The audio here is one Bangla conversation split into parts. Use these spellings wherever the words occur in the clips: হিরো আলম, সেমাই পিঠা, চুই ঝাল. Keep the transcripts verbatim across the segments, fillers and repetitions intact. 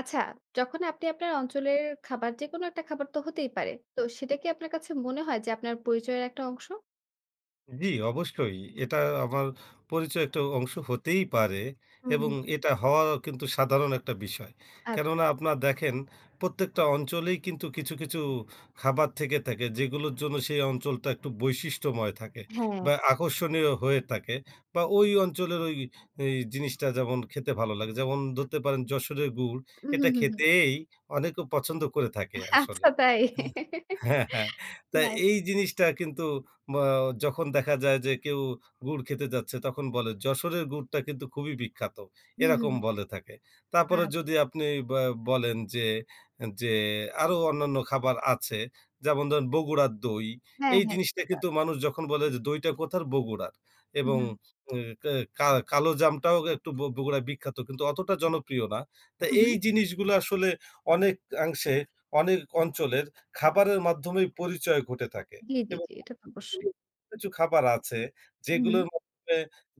আচ্ছা, যখন আপনি আপনার অঞ্চলের খাবার যেকোনো একটা খাবার তো হতেই পারে। তো সেটা কি আপনার কাছে মনে হয় যে আপনার পরিচয়ের একটা অংশ? জি, অবশ্যই। এটা আমার পরিচয় একটা অংশ হতেই পারে হুম, এবং হুম। এটা হওয়া কিন্তু সাধারণ একটা বিষয়। আচ্ছা। কেননা আপনার দেখেন প্রত্যেকটা অঞ্চলেই কিন্তু কিছু, কিছু খাবার থেকে থাকে যেগুলোর জন্য সেই অঞ্চলটা একটু বৈশিষ্ট্যময় থাকে হ্যাঁ। বা আকর্ষণীয় হয়ে থাকে বা ওই অঞ্চলের ওই এই জিনিসটা যেমন খেতে ভালো লাগে। যেমন ধরতে পারেন যশোরের গুড়, হুম, এটা হুম, হুম, হুম। খেতেই অনেকে পছন্দ করে থাকে আসলে। আচ্ছা তাই। হ্যাঁ, হ্যাঁ। তা না এটা এই জিনিসটা কিন্তু বা যখন দেখা যায় যে কেউ গুড় খেতে যাচ্ছে তখন বলে, "যশোরের গুড়টা কিন্তু খুবই বিখ্যাত।" হুম, হুম, এরকম হুম। বলে থাকে। তারপরে যদি আচ্ছা। আপনি বা বলেন যে, যে আরো অন্যান্য খাবার আছে। যেমন ধরেন বগুড়ার দই। হ্যাঁ, এই হ্যাঁ। জিনিসটা কিন্তু মানুষ যখন বলে যে, "দইটা কোথার? বগুড়ার।" হুম, এবং হুম। এ কা কা কালো জামটাও একটু ব বগুড়ায় বিখ্যাত কিন্তু অতটা জনপ্রিয় না। তা হুম, এই হুম। জিনিসগুলো আসলে অনেকাংশে অনেক অঞ্চলের খাবারের মাধ্যমেই পরিচয় ঘটে থাকে জি, জি, এবং জি। এটা তো অবশ্যই। কিছু খাবার আছে হুম। যেগুলোর মাধ্যমে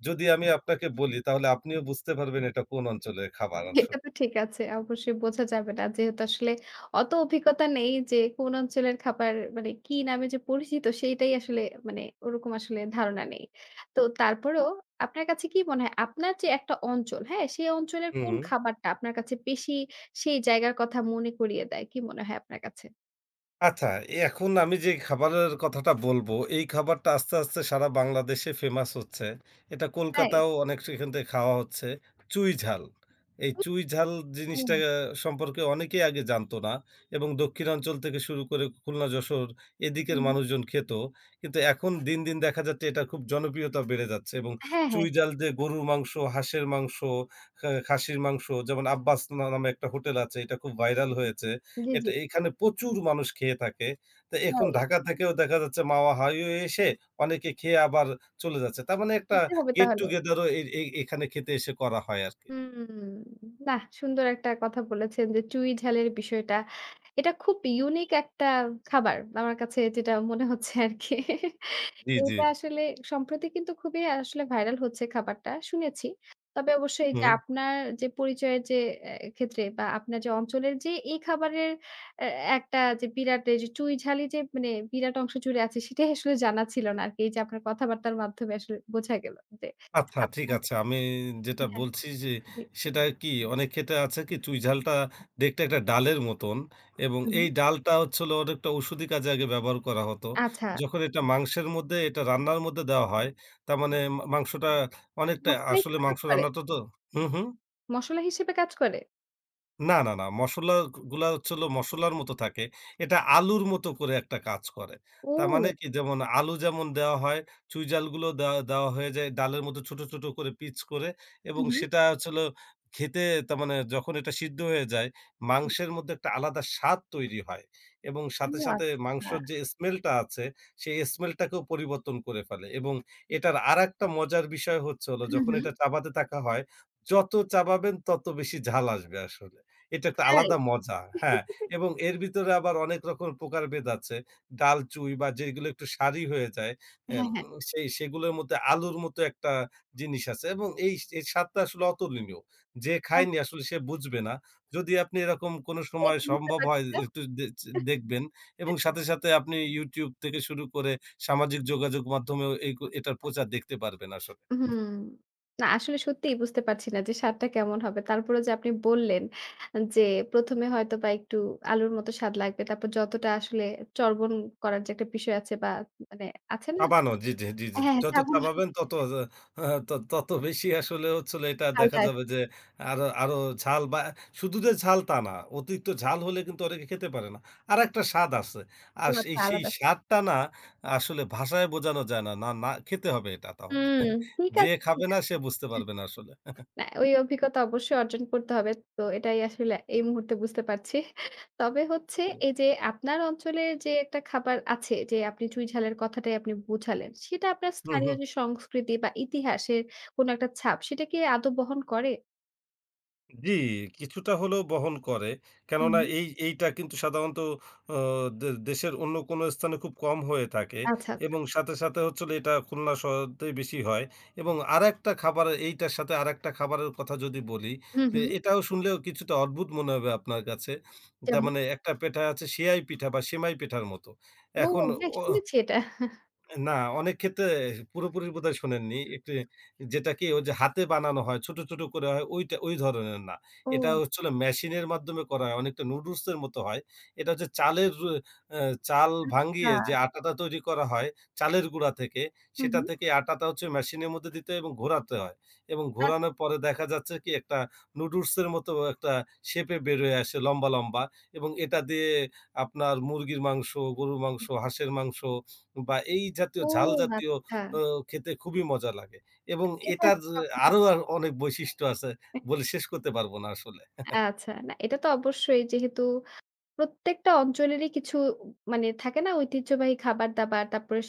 যদি আমি আপনাকে বলি তাহলে আপনিও বুঝতে পারবেন এটা কোন অঞ্চলের খাবার এটা আসলে। তো ঠিক আছে। অবশ্যই বোঝা যাবে না। যেহেতু আসলে অত অভিজ্ঞতা নেই যে কোন অঞ্চলের খাবার মানে কি নামে যে পরিচিত সেইটাই আসলে মানে ওরকম আসলে ধারণা নেই। তো তারপরেও আপনার কাছে কি মনে হয় আপনার যে একটা অঞ্চল, হ্যাঁ? সেই অঞ্চলের কোন হুম। খাবারটা আপনার কাছে বেশি সেই জায়গার কথা মনে করিয়ে দেয়? কি মনে হয় আপনার কাছে? আচ্ছা, এখন আমি যে খাবারের কথাটা বলবো, এই খাবারটা আস্তে, আস্তে সারা বাংলাদেশে ফেমাস হচ্ছে। এটা তাই? কলকাতাও অনেক সেখান থেকে খাওয়া হচ্ছে। চুই ঝাল। এই ও! চুই ঝাল জিনিসটা সম্পর্কে অনেকেই আগে জানতো না এবং দক্ষিণাঞ্চল থেকে শুরু করে খুলনা, যশোর এদিকের হুম। মানুষজন খেত। কিন্তু এখন দিন, দিন দেখা যাচ্ছে এটার খুব জনপ্রিয়তা বেড়ে যাচ্ছে এবং হ্যাঁ, হ্যাঁ। চুই জাল দিয়ে গরুর মাংস, হাঁসের মাংস, খা খাসির মাংস যেমন আব্বাস না নামে একটা হোটেল আছে এটা খুব ভাইরাল হুম। হয়েছে। জি, এটা জি। এখানে প্রচুর মানুষ খেয়ে থাকে। তো এখন তাই। ঢাকা থেকেও দেখা যাচ্ছে মাওয়া হাইওয়ে এসে অনেকে খেয়ে আবার চলে যাচ্ছে। তার মানে একটা যেতে হবে গেট তাহলে। টুগেদার ও এ এ এখানে খেতে এসে করা হয় আরকি। হুম, বাহ! সুন্দর একটা কথা বলেছেন যে চুই ঝালের বিষয়টা। এটা খুব ইউনিক একটা খাবার। আমার কাছে যেটা মনে হচ্ছে আরকি। জি, জি। এটা আসলে সম্প্রতি কিন্তু খুবই আসলে ভাইরাল হচ্ছে খাবারটা, শুনেছি। তবে অবশ্যই যে হুম। আপনার যে পরিচয়ের যে অ্যা ক্ষেত্রে বা আপনার যে অঞ্চলের যে এই খাবারের অ্যা একটা যে বিরাট এই যে চুই ঝালই যে মানে বিরাট অংশ জুড়ে আছে সেটাই আসলে জানা ছিল না আরকি। এই যে আপনার কথাবার্তার মাধ্যমে আসলে বোঝা গেল যে আচ্ছা ঠিক আপনার আছে। আমি যেটা হ্যাঁ, বলছি যে জি। সেটা কি অনেক ক্ষেত্রে আছে কি চুই ঝালটা দেখতে একটা ডালের মতন এবং হুম। এই ডালটা হচ্ছে হলো অনেকটা ঔষধি কাজে আগে ব্যবহার করা হতো। আচ্ছা। যখন এটা মাংসের মধ্যে এটা রান্নার মধ্যে দেওয়া হয় তার মানে মা মাংসটা অনেকটা মশলা আসলে হিসেবে কাজ মাংস করে? রান্নাটা তো হুম, হুম। মসলা হিসেবে কাজ করে? না, না, না। মসলা গুলা হচ্ছে হলো মসলার মতো থাকে। এটা আলুর মতো করে একটা কাজ করে। তার মানে ও! কি যেমন আলু যেমন দেওয়া হয়, চুইঝালগুলো দেওয়া দেওয়া হয়ে যায় ডালের মতো ছোট, ছোট করে পিচ করে হু, এবং হু। সেটা হচ্ছে হলো খেতে তার মানে যখন এটা সিদ্ধ হয়ে যায়, মাংসের মধ্যে একটা আলাদা স্বাদ তৈরি হয় এবং ও সাথে, সাথে আচ্ছা। মাংসর যে স্মেলটা আছে, সেই স্মেলটাকেও পরিবর্তন করে ফেলে এবং এটার আরেকটা মজার বিষয় হচ্ছে হলো হু, যখন হু। এটা চাবাতে থাকা হয়, যত চাবাবেন তত বেশি ঝাল আসবে আসলে। এটা একটা তাই? আলাদা মজা। হ্যাঁ? এবং এর ভিতরে আবার অনেক রকম প্রকারভেদ আছে। ডাল চুই বা যেগুলো একটু সারি হয়ে যায়, এম হ্যাঁ, হ্যাঁ। সেই সেগুলোর মধ্যে আলুর মতো একটা জিনিস আছে এবং এই এর স্বাদটা আসলে অতুলনীয়। যে খায়নি আসলে সে বুঝবে না। যদি আপনি এরকম কোনো এই সময় তো বুঝতে সম্ভব পারছি হয় না। একটু দে চে দেখবেন এবং সাথে, সাথে আপনি YouTube থেকে শুরু করে সামাজিক যোগাযোগ মাধ্যমেও এই ক এটার প্রচার দেখতে পারবেন আসলে। হুম। না আসলে সত্যিই বুঝতে পারছি না যে স্বাদটা কেমন হবে। তারপরেও যে আপনি বললেন যে প্রথমে এ হয়তোবা একটু আলুর মতো স্বাদ লাগবে। তারপর যতটা আসলে চর্বণ করার যে একটা বিষয় আছে বা মানে আছে না? চাবানো। জি, জি, জি, জি। হ্যাঁ, হ্যাঁ, যত চাবোন চাবাবেন তত যে হ্যাঁ, ত তত বেশি আসলে হচ্ছে হলো এটা দেখা ঝালটা যাবে আসবে। যে আরো আরো ঝাল বা শুধু যে ঝাল তা না। অতিরিক্ত ঝাল হলে কিন্তু অনেকে খেতে পারে না। আরেকটা স্বাদ আছে। ও আর সেই আচ্ছা সেই আলাদা। স্বাদটা না আসলে ভাষায় বোঝানো যায় না। না, না খেতে হবে এটা তাহলে। হুম, ঠিক যে আছে, খাবে ঠিক না সে আছে। বুঝতে পারবে না আসলে। না, ওই অভিজ্ঞতা অবশ্যই অর্জন করতে হবে। তো এটাই আসলে এই মুহূর্তে বুঝতে পারছি। তবে হচ্ছে এই যে আপনার অঞ্চলের যে একটা খাবার আছে যে আপনি চুইঝালের কথাটাই আপনি বুঝালেন, সেটা আপনার হুম, স্থানীয় হুম। যে সংস্কৃতি বা ইতিহাসের কোনো একটা ছাপ সেটা কি আদৌ বহন করে? জি, কিছুটা হলেও বহন করে। কেননা হুম। এই এইটা কিন্তু সাধারণত অ দে দেশের অন্য কোনো স্থানে খুব কম হয়ে থাকে আচ্ছা, আচ্ছা। এবং সাথে, সাথে হচ্ছে হলো এটা খুলনা শহরতেই বেশি হয় এবং আরেকটা খাবারের এইটার সাথে আরেকটা খাবারের কথা যদি বলি, হুম, তে হুম। এটাও শুনলেও কিছুটা অদ্ভুত মনে হবে আপনার কাছে। তার যেমন? মানে একটা পিঠা আছে সেয়াই পিঠা বা সেমাই পিঠার মতো। ও এখন হ্যাঁ, অ শুনেছি এটা। না, অনেক ক্ষেত্রে পুরোপুরি বোধহয় শোনেননি। একটি যেটা কি ওই যে হাতে বানানো হয়, ছোট, ছোট করে হয় ওইটা ওই ধরনের না। এটা ও হচ্ছে হলো মেশিনের মাধ্যমে করা হয়। অনেকটা নুডলস এর মতো হয়। এটা হচ্ছে চালের আ চাল ভাঙ্গিয়ে যে আচ্ছা। আটাটা তৈরি করা হয় চালের গুঁড়া থেকে, হুম, সেটা হুম। থেকে আটাটা হচ্ছে মেশিনের মধ্যে দিতে হয় এবং ঘোরাতে হয়। এবং আচ্ছা। ঘোরানোর পরে দেখা যাচ্ছে কি একটা নুডলস এর মতো একটা শেপে বের হয়ে আসে লম্বা, লম্বা এবং এটা দিয়ে আপনার মুরগির মাংস, গরুর মাংস, হাঁসের মাংস বা এই জাতীয় ও ঝাল জাতীয় আচ্ছা। ও খেতে খুবই মজা লাগে এবং না এটা এটার আসলে কখনো আরো আ অনেক বৈশিষ্ট্য আছে বলে শেষ করতে পারব না আসলে। আচ্ছা। না এটা তো অবশ্যই যেহেতু প্রত্যেকটা অঞ্চলেরই কিছু মানে থাকে না ঐতিহ্যবাহী খাবার-দাবার, তারপরে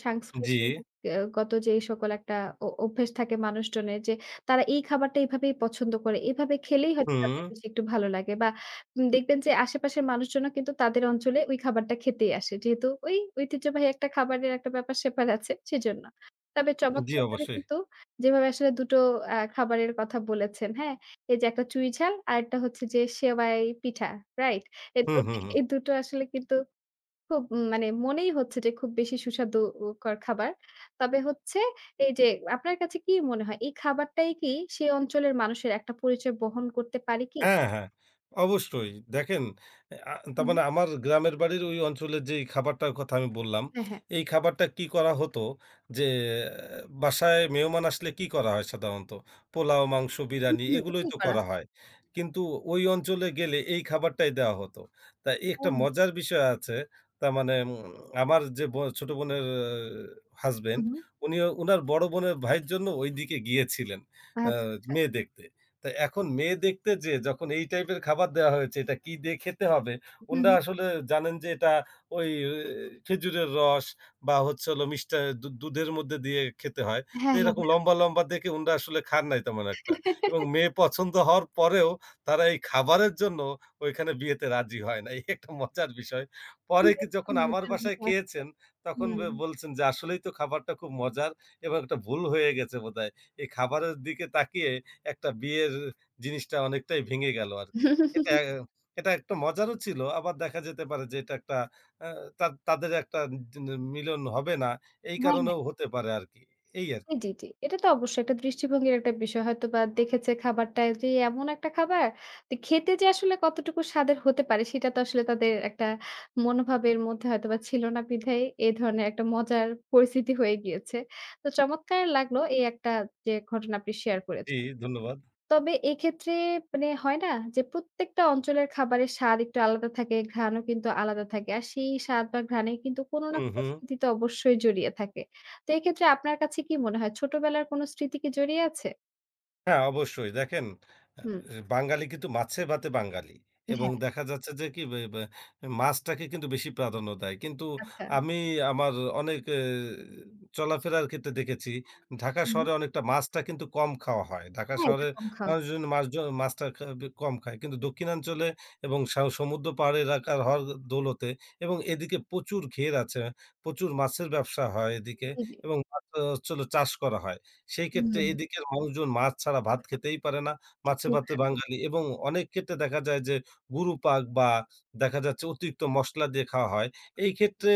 জি, সাংস্কৃতিক আ গত যে এই সকল একটা অ অভ্যাস থাকে মানুষজনের যে তারা এই খাবারটা এভাবেই পছন্দ করে। এভাবে খেলেই হয়তো হুম, তাদের বেশি একটু ভালো লাগে বা উম দেখবেন যে আশেপাশের মানুষজনও কিন্তু তাদের অঞ্চলে ওই খাবারটা খেতেই আসে। যেহেতু ওই ঐতিহ্যবাহী একটা খাবারের একটা ব্যাপার-স্যাপার আছে সেজন্য। তবে জি চমৎকারভাবে অবশ্যই। কিন্তু যেভাবে আসলে দুটো টো আ খাবারের কথা বলেছেন, হ্যাঁ? এই যে একটা চুই ঝাল আরেকটা হচ্ছে যে সেওয়াই পিঠা, রাইট? এই দু হুম, হুম, হুম। এই দুটো আসলে কিন্তু খুব মানে মনেই হচ্ছে যে খুব বেশি সুস্বাদু কর খাবার। তবে হচ্ছে এই যে আপনার কাছে কি মনে হয় এই খাবারটাই কি সে অঞ্চলের মানুষের একটা পরিচয় বহন করতে পারে কি? হ্যাঁ, হ্যাঁ, অবশ্যই। দেখেন আ তার হুম। মানে আমার গ্রামের বাড়ির ওই অঞ্চলের যেই খাবারটার কথা আমি বললাম, হ্যাঁ, হ্যাঁ। এই খাবারটা কি করা হতো যে আহ, বাসায় মেহমান আসলে কি করা হয় সাধারণত? পোলাও, মাংস, হুম, বিরানি হুম, এগুলোই এটাই তো করা। করা হয়। কিন্তু ওই অঞ্চলে গেলে এই খাবারটাই দেওয়া হতো। তা এই ও! একটা মজার বিষয় আছে। তার মানে উম আমার যে ব ছোট বোনের হুম, হাসব্যান্ড হুম। উনিও উনার বড় বোনের ভাইয়ের জন্য ঐদিকে গিয়েছিলেন আ আচ্ছা। মেয়ে দেখতে। তো এখন মেয়ে দেখতে যেয়ে যখন এই টাইপের খাবার দেওয়া হয়েছে, এটা কি দিয়ে খেতে হবে? হুম, উনারা হুম। আসলে জানেন যে এটা ওই আহ, খেজুরের রস বা হচ্ছে হলো মিষ্টা দু দুধের মধ্যে দিয়ে খেতে হয়। তো হ্যাঁ, এরকম হ্যাঁ। লম্বা, লম্বা দেখে উনারা আসলে খান নাই তেমন একটা। এবং মেয়ে পছন্দ হওয়ার পরেও তারা এই খাবারের জন্য ওইখানে বিয়েতে রাজি হয় নাই। একটা মজার বিষয়। পরে এই কি একটা যখন আমার মজার বাসায় বিষয় আসলে। খেয়েছেন, তখন হুম। বে বলছেন যে আসলেই তো খাবারটা খুব মজার এবং একটা ভুল হয়ে গেছে বোধহয়। এই খাবারের দিকে তাকিয়ে একটা বিয়ের জিনিসটা অনেকটাই ভেঙে গেল আরকি। এটা এটা একটা মজারও ছিল। আবার দেখা যেতে পারে যে এটা একটা আ তা তাদের একটা জিন মিলন হবে না, এই হ্যাঁ, কারণেও হতে পারে আরকি। এই জি, আরকি। জি, জি। এটা তো অবশ্যই একটা দৃষ্টিভঙ্গির একটা বিষয়। হয়তোবা দেখেছে খাবারটা যে এমন একটা খাবার যে খেতে যে আসলে কতটুকু স্বাদের হতে পারে সেটা তো আসলে তাদের একটা মনোভাবের মধ্যে হয়তোবা ছিল না বিধায় এ ধরনের একটা মজার পরিস্থিতি হয়ে গিয়েছে। তো চমৎকার লাগলো এই একটা যে ঘটনা আপনি শেয়ার জি, করেছেন। ধন্যবাদ। তবে এক্ষেত্রে মানে হয় না যে প্রত্যেকটা অঞ্চলের খাবারের স্বাদ একটু আলাদা থাকে, ঘ্রাণও কিন্তু আলাদা থাকে। আর সেই স্বাদ বা ঘ্রাণে কিন্তু কোনো না হু, কোনো হু। স্মৃতি তো অবশ্যই জড়িয়ে থাকে। তো এক্ষেত্রে আপনার কাছে কি মনে হয় ছোটবেলার কোনো স্মৃতি কি জড়িয়ে আছে? হ্যাঁ, অবশ্যই। দেখেন আ হুম, বাঙালি কিন্তু মাছে ভাতে বাঙালি। এবং হ্যাঁ, দেখা যাচ্ছে যে কি বে বে মাছটাকে কিন্তু বেশি প্রাধান্য দেয়। কিন্তু আচ্ছা। আমি আমার অনেক এ চলাফেরার ক্ষেত্রে দেখেছি ঢাকা হুম, শহরে অনেকটা মাছটা কিন্তু কম খাওয়া হয়। ঢাকা হ্যাঁ, এটা শহরে কম খাওয়া। মানুষজন মাছজন মাছটা খা বে কম খায়। কিন্তু দক্ষিণাঞ্চলে এবং সা সমুদ্র পাহাড় এলাকার হওয়ার দৌলতে এবং এদিকে প্রচুর ঘের আছে। প্রচুর মাছের ব্যবসা হয় এদিকে জি, জি। এবং মাছ আহ, হচ্ছে হলো চাষ করা হয়। সেই ক্ষেত্রে হুম, এদিকের মানুষজন মাছ ছাড়া ভাত খেতেই পারে না। মাছে খেতেই ভাতে পারে। বাঙালি এবং অনেক ক্ষেত্রে দেখা যায় যে গুরু পাক বা দেখা যাচ্ছে অতিরিক্ত মসলা দিয়ে খাওয়া হয়। এই ক্ষেত্রে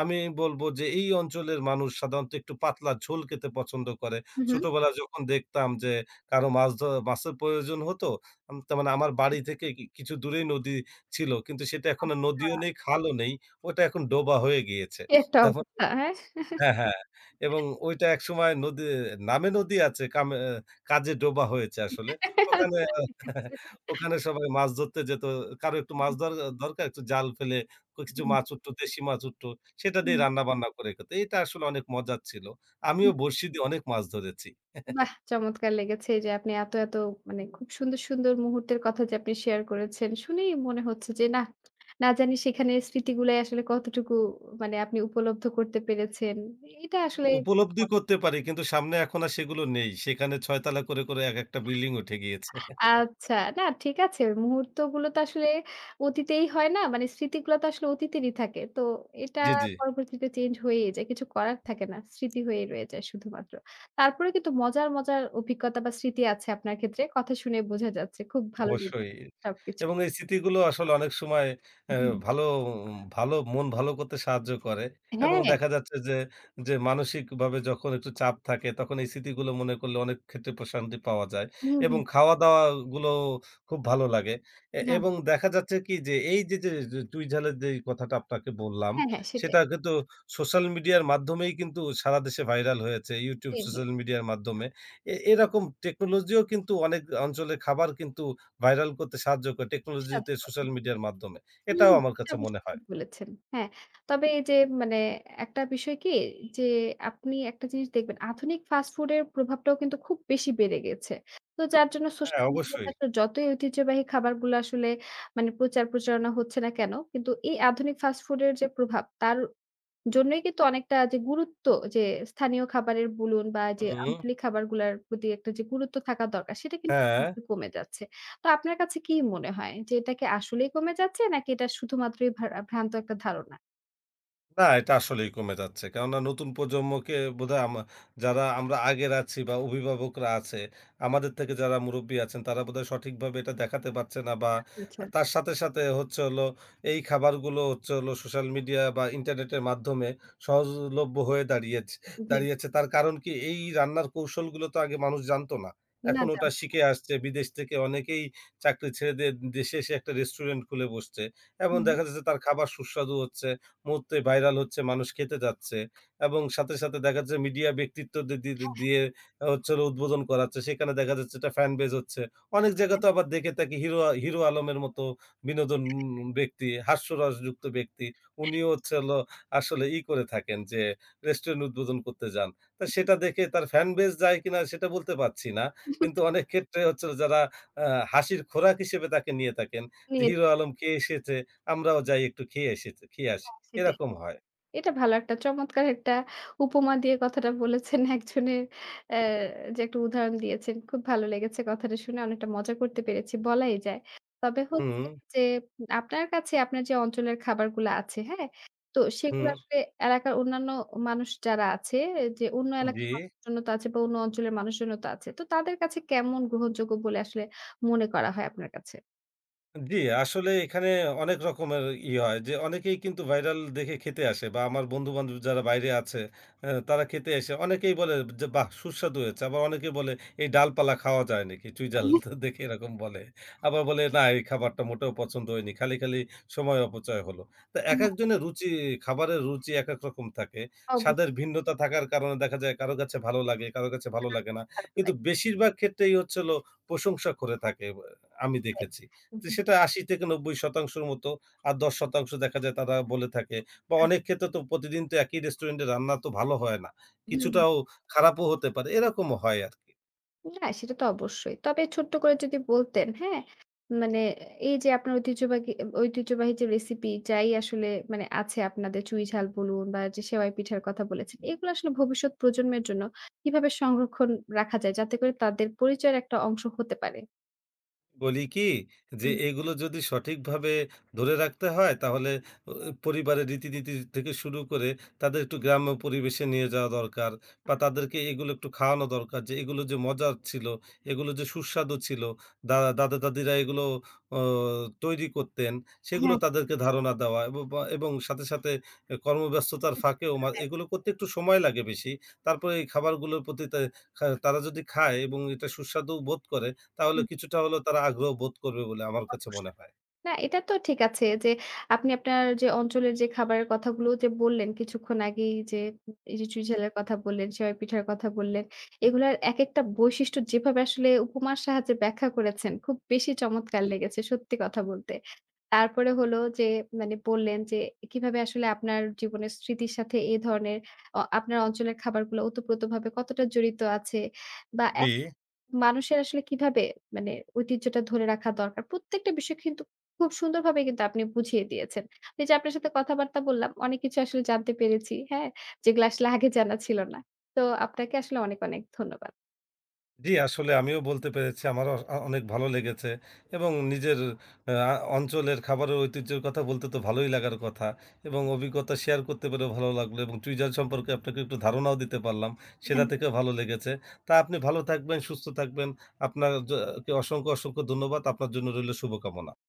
আমি বলব যে এই অঞ্চলের মানুষ সাধারণত একটু পাতলা ঝোল খেতে পছন্দ করে। হু, হু। ছোটবেলায় যখন দেখতাম যে কারো মাছ ধ মাছের প্রয়োজন হতো, আম তার মানে আমার বাড়ি থেকে কি কিছু দূরেই নদী ছিল। কিন্তু সেটা এখন আর আচ্ছা, নদীও নেই, খালও নেই। ওটা এখন ডোবা হয়ে গিয়েছে। কি একটা তারপর অবস্থা, হ্যাঁ? হ্যাঁ, হ্যাঁ। এবং ওইটা একসময় নদী নামে নদী আছে কামে কাজে ডোবা হয়েছে আসলে। ওখানে আচ্ছা ঠিক আছে। ওখানে সবাই মাছ ধরতে যেত। কারো একটু মাছ হুম, ধর দরকার একটু জাল ফেলে কিছু হুম, মাছ উঠতো, দেশি মাছ উঠতো। সেটা দিয়ে রান্নাবান্না করে খেত। এটা আসলে অনেক মজার ছিল। আমিও হুম। বড়শি দিয়ে অনেক মাছ ধরেছি। বাহ! চমৎকার লেগেছে এই যে আপনি এত, এত মানে খুব সুন্দর, সুন্দর মুহূর্তের কথা যে আপনি শেয়ার করেছেন। শুনেই মনে হচ্ছে যে নাহ, না জানি সেখানের স্মৃতিগুলাই আসলে কতটুকু মানে আপনি উপলব্ধ করতে পেরেছেন। এটা আসলে উপলব্ধি করতে পারি কিন্তু সামনে এখন আর সেগুলো নেই। সেখানে ছয় তলা করে, করে একেকটা বিল্ডিং উঠে গিয়েছে। আচ্ছা। না ঠিক আছে। মুহূর্তগুলো তো আসলে অতীতেই হয় না? মানে স্মৃতিগুলো তো আসলে অতীতেরই থাকে। তো এটা জি, জি। পরবর্তীতে চেঞ্জ হয়েই যায়। কিছু করার থাকে না। স্মৃতি হয়েই রয়ে যায় শুধুমাত্র। তারপরেও কিন্তু মজার, মজার অভিজ্ঞতা বা স্মৃতি আছে আপনার ক্ষেত্রে। কথা শুনে বোঝা যাচ্ছে। খুব ভালো লেগেছে অবশ্যই। সবকিছুই। এবং এই স্মৃতিগুলো আসলে অনেক সময় অ্যা হুম। ভালো ভালো মন ভালো করতে সাহায্য করে এবং হ্যাঁ। দেখা যাচ্ছে যে, যে মানসিকভাবে যখন একটু চাপ থাকে তখন এই স্মৃতিগুলো মনে করলে অনেক ক্ষেত্রে প্রশান্তি পাওয়া যায় হুম, এবং হুম। খাওয়া-দাওয়া গুলো খুব ভালো লাগে। এ হ্যাঁ, এবং দেখা যাচ্ছে কি যে এই যে, যে যে চুই ঝালের যেই কথাটা আপনাকে বললাম হ্যাঁ, হ্যাঁ সেটাই। সেটা কিন্তু সোশ্যাল মিডিয়ার মাধ্যমেই কিন্তু সারা দেশে ভাইরাল হয়েছে। YouTube জি, জি। সোশ্যাল মিডিয়ার মাধ্যমে। এ এরকম টেকনোলজিও কিন্তু অনেক অঞ্চলে খাবার কিন্তু ভাইরাল করতে সাহায্য করে সাহায্য টেকনোলজিতে করে। সোশ্যাল মিডিয়ার মাধ্যমে। হুম, এটাও আমার এটা কাছে অবশ্য মনে হয়। ঠিক বলেছেন। হ্যাঁ, তবে এই যে মানে একটা বিষয় কি যে আপনি একটা জিনিস দেখবেন আধুনিক ফাস্ট ফুডের প্রভাবটাও কিন্তু খুব বেশি বেড়ে গেছে। তো যার জন্য হ্যাঁ, সোশ্যাল মিডিয়াতে অবশ্যই। আসলে যতই ঐতিহ্যবাহী খাবারগুলো আসলে মানে প্রচার প্রচারণা হচ্ছে না কেন, কিন্তু এই আধুনিক ফাস্ট ফুডের যে প্রভাব তার জন্যই কিন্তু অনেকটা যে গুরুত্ব যে স্থানীয় খাবারের বলুন বা যে হুম, আঞ্চলিক খাবারগুলার প্রতি একটা যে গুরুত্ব থাকা দরকার সেটা কিন্তু হ্যাঁ। একটু কমে যাচ্ছে। তো আপনার কাছে কি মনে হয় যে এটা কি আসলেই কমে যাচ্ছে নাকি এটা শুধুমাত্রই ভ্রা ভ্রান্ত একটা ধারণা? না, এটা আসলেই কমে যাচ্ছে। কেননা নতুন প্রজন্মকে বোধহয় আমা যারা আমরা আগের আছি বা অভিভাবকরা আছে, আমাদের থেকে যারা মুরুব্বি আছেন তারা বোধহয় সঠিকভাবে এটা দেখাতে পারছে না বা আচ্ছা, আচ্ছা। তার সাথে, সাথে হচ্ছে হলো এই খাবারগুলো হচ্ছে হলো সোশ্যাল মিডিয়া বা ইন্টারনেটের মাধ্যমে সহজলভ্য হয়ে দাঁড়িয়েছে জি। দাঁড়িয়েছে। তার কারণ কি এই রান্নার কৌশলগুলো তো আগে মানুষ জানত না। না এখন ওটা জানতাম। শিখে আসছে। বিদেশ থেকে অনেকেই চাকরি ছেড়ে দিয়ে দেশে এসে একটা রেস্টুরেন্ট খুলে বসছে। এবং হুম। দেখা যাচ্ছে তার খাবার সুস্বাদু হচ্ছে। মুহূর্তে ভাইরাল হচ্ছে, মানুষ খেতে যাচ্ছে এবং সাথে, সাথে দেখা যাচ্ছে মিডিয়া ব্যক্তিত্ব দি দি দি দিয়ে হচ্ছে হলো উদ্বোধন করাচ্ছে। সেখানে দেখা যাচ্ছে এটা ফ্যান বেজ হচ্ছে। অনেক জায়গা তো আবার দেখে থাকি হিরো, হিরো আলমের মতো বিনোদন ব্যক্তি, হাস্যরসযুক্ত ব্যক্তি। উনিও হচ্ছে হলো আসলে ই করে থাকেন যে রেস্টুরেন্ট উদ্বোধন করতে যান। তো সেটা দেখে তার ফ্যান বেজ যায় কিনা সেটা বলতে পারছি না। কিন্তু অনেক ক্ষেত্রে হচ্ছে হলো যারা আ হাসির খোরাক হিসেবে তাকে নিয়ে থাকেন যে নিয়ে হিরো আলম খেয়ে এসেছে, আমরাও যাই একটু খেয়ে এসেছে খেয়ে আসি। হ্যাঁ, সেটাই। এরকম হয়। এটা ভালো একটা চমৎকার একটা উপমা দিয়ে কথাটা বলেছেন। একজনের অ্যা যে একটা উদাহরণ দিয়েছেন। খুব ভালো লেগেছে কথাটা শুনে অনেকটা মজা করতে পেরেছি বলাই যায়। তবে হচ্ছে হুম, যে আপনার কাছে আপনার যে অঞ্চলের খাবারগুলো আছে, হ্যাঁ? তো হুম, সেগুলো আসলে এলাকার অন্যান্য মানুষ যারা আছে যে অন্য জি। এলাকার মানুষজন তো আছে বা অন্য অঞ্চলের মানুষজন তো আছে। তো তাদের কাছে কেমন গ্রহণযোগ্য বলে আসলে মনে করা হয় আপনার কাছে? জি, আসলে এখানে অনেক রকমের ই হয় যে অনেকেই কিন্তু ভাইরাল দেখে খেতে আসে বা আমার বন্ধু-বান্ধব যারা বাইরে আছে অ্যা তারা খেতে এসে অনেকেই বলে যে, "বাহ! সুস্বাদু হয়েছে।" আবার অনেকে বলে, "এই ডালপালা খাওয়া যায় নাকি?" চুইঝাল আমি দেখে এরকম বলে। আবার বলে, "না, এই খাবারটা মোটেও পছন্দ হয়নি। খালি, খালি সময় অপচয় হলো।" তো হ্যাঁ। একেকজনের রুচি খাবারের রুচি একেক রকম থাকে। স্বাদের অবশ্যই ভিন্নতা থাকার কারণে দেখা যায় কারো কাছে ভালো লাগে, কারো কাছে ভালো লাগে না। খারাপ কিন্তু লাগবে। বেশিরভাগ ক্ষেত্রেই হচ্ছে হলো প্রশংসা করে থাকে, আমি দেখেছি। হুম, যে সেটা আশি থেকে নব্বই শতাংশ র মতো। আর দশ শতাংশ দেখা যায় তারা বলে থাকে। বা অনেক ক্ষেত্রে তো প্রতিদিন তো একই রেস্টুরেন্টে রান্না তো ভালো হয় না। হুম। কিছুটাও খারাপও হতে পারে। এরকমও হয় আরকি। না, সেটা তো অবশ্যই। তবে ছোট্ট করে যদি বলতেন, হ্যাঁ? মানে এই যে আপনার ঐতিহ্যবাহী ঐতিহ্যবাহী যে রেসিপি যাই আসলে মানে আছে আপনাদের চুইঝাল বলুন বা যে সেওয়াই পিঠার কথা বলেছেন, এগুলো আসলে ভবিষ্যৎ প্রজন্মের জন্য কিভাবে সংরক্ষণ রাখা যায়? যাতে করে তাদের পরিচয়ের একটা অংশ হতে পারে? বলি কি যে হুম। এগুলো যদি সঠিকভাবে ধরে রাখতে হয় তাহলে অ, পরিবারের রীতিনীতি থেকে শুরু করে তাদের একটু গ্রাম্য পরিবেশে নিয়ে যাওয়া দরকার বা তাদেরকে এগুলো একটু খাওয়ানো দরকার যে এগুলো যে মজার ছিল এগুলো যে সুস্বাদু ছিল দাদা দাদা দাদিরা এগুলো অ, তৈরি করতেন সেগুলো হ্যাঁ। তাদেরকে ধারণা দেওয়া এবং বা- এবং সাথে সাথে কর্মব্যস্ততার একদমই ফাঁকেও মা- তাই। এগুলো করতে একটু সময় লাগে বেশি তারপরে এই খাবারগুলোর প্রতি তা- খা- তারা যদি খায় এবং এটা সুস্বাদু বোধ করে তাহলে হুম, কিছুটা হলেও তারা আগ্রহ বোধ করবে বলে আমার কাছে মনে অবশ্যই। হয়। না, এটা তো ঠিক আছে যে আপনি আপনার যে অঞ্চলের যে খাবারের কথাগুলো যে বললেন কিছুক্ষণ আগেই যে এই যে চুইঝালের কথা বললেন, সেমাই পিঠার কথা বললেন। এগুলার একেকটা বৈশিষ্ট্য যেভাবে আসলে উপমার সাহায্যে ব্যাখ্যা করেছেন খুব বেশি চমৎকার লেগেছে সত্যি কথা বলতে। তারপরে হলো যে মানে বললেন যে কিভাবে আসলে আপনার জীবনের স্মৃতির সাথে এ ধরনের অ আপনার অঞ্চলের খাবারগুলো ওতপ্রোতভাবে কতটা জড়িত আছে বা জি। মানুষের আসলে কিভাবে মানে ঐতিহ্যটা ধরে রাখা দরকার। প্রত্যেকটা বিষয় কিন্তু খুব সুন্দরভাবে কিন্তু আপনি বুঝিয়ে দিয়েছেন। এই যে আপনার সাথে কথাবার্তা বললাম, অনেক কিছু আসলে জানতে পেরেছি। হ্যাঁ? যেগুলো আসলে আগে জানা ছিল না। তো আপনাকে আসলে অনেক, অনেক ধন্যবাদ। জি, আসলে আমিও বলতে পেরেছি। আমারও আ অনেক ভালো লেগেছে এবং নিজের আ অঞ্চলের খাবারের ঐতিহ্যের কথা বলতে তো ভালোই লাগার কথা এবং অভিজ্ঞতা শেয়ার করতে পেরেও ভালো লাগলো এবং টুইজার সম্পর্কে আপনাকে একটু ধারণাও দিতে পারলাম। সেটা থেকেও ভালো লেগেছে। তা আপনি ভালো থাকবেন, সুস্থ থাকবেন। আপনার জ কে অসংখ্য, অসংখ্য ধন্যবাদ। আপনার জন্য রইল শুভকামনা।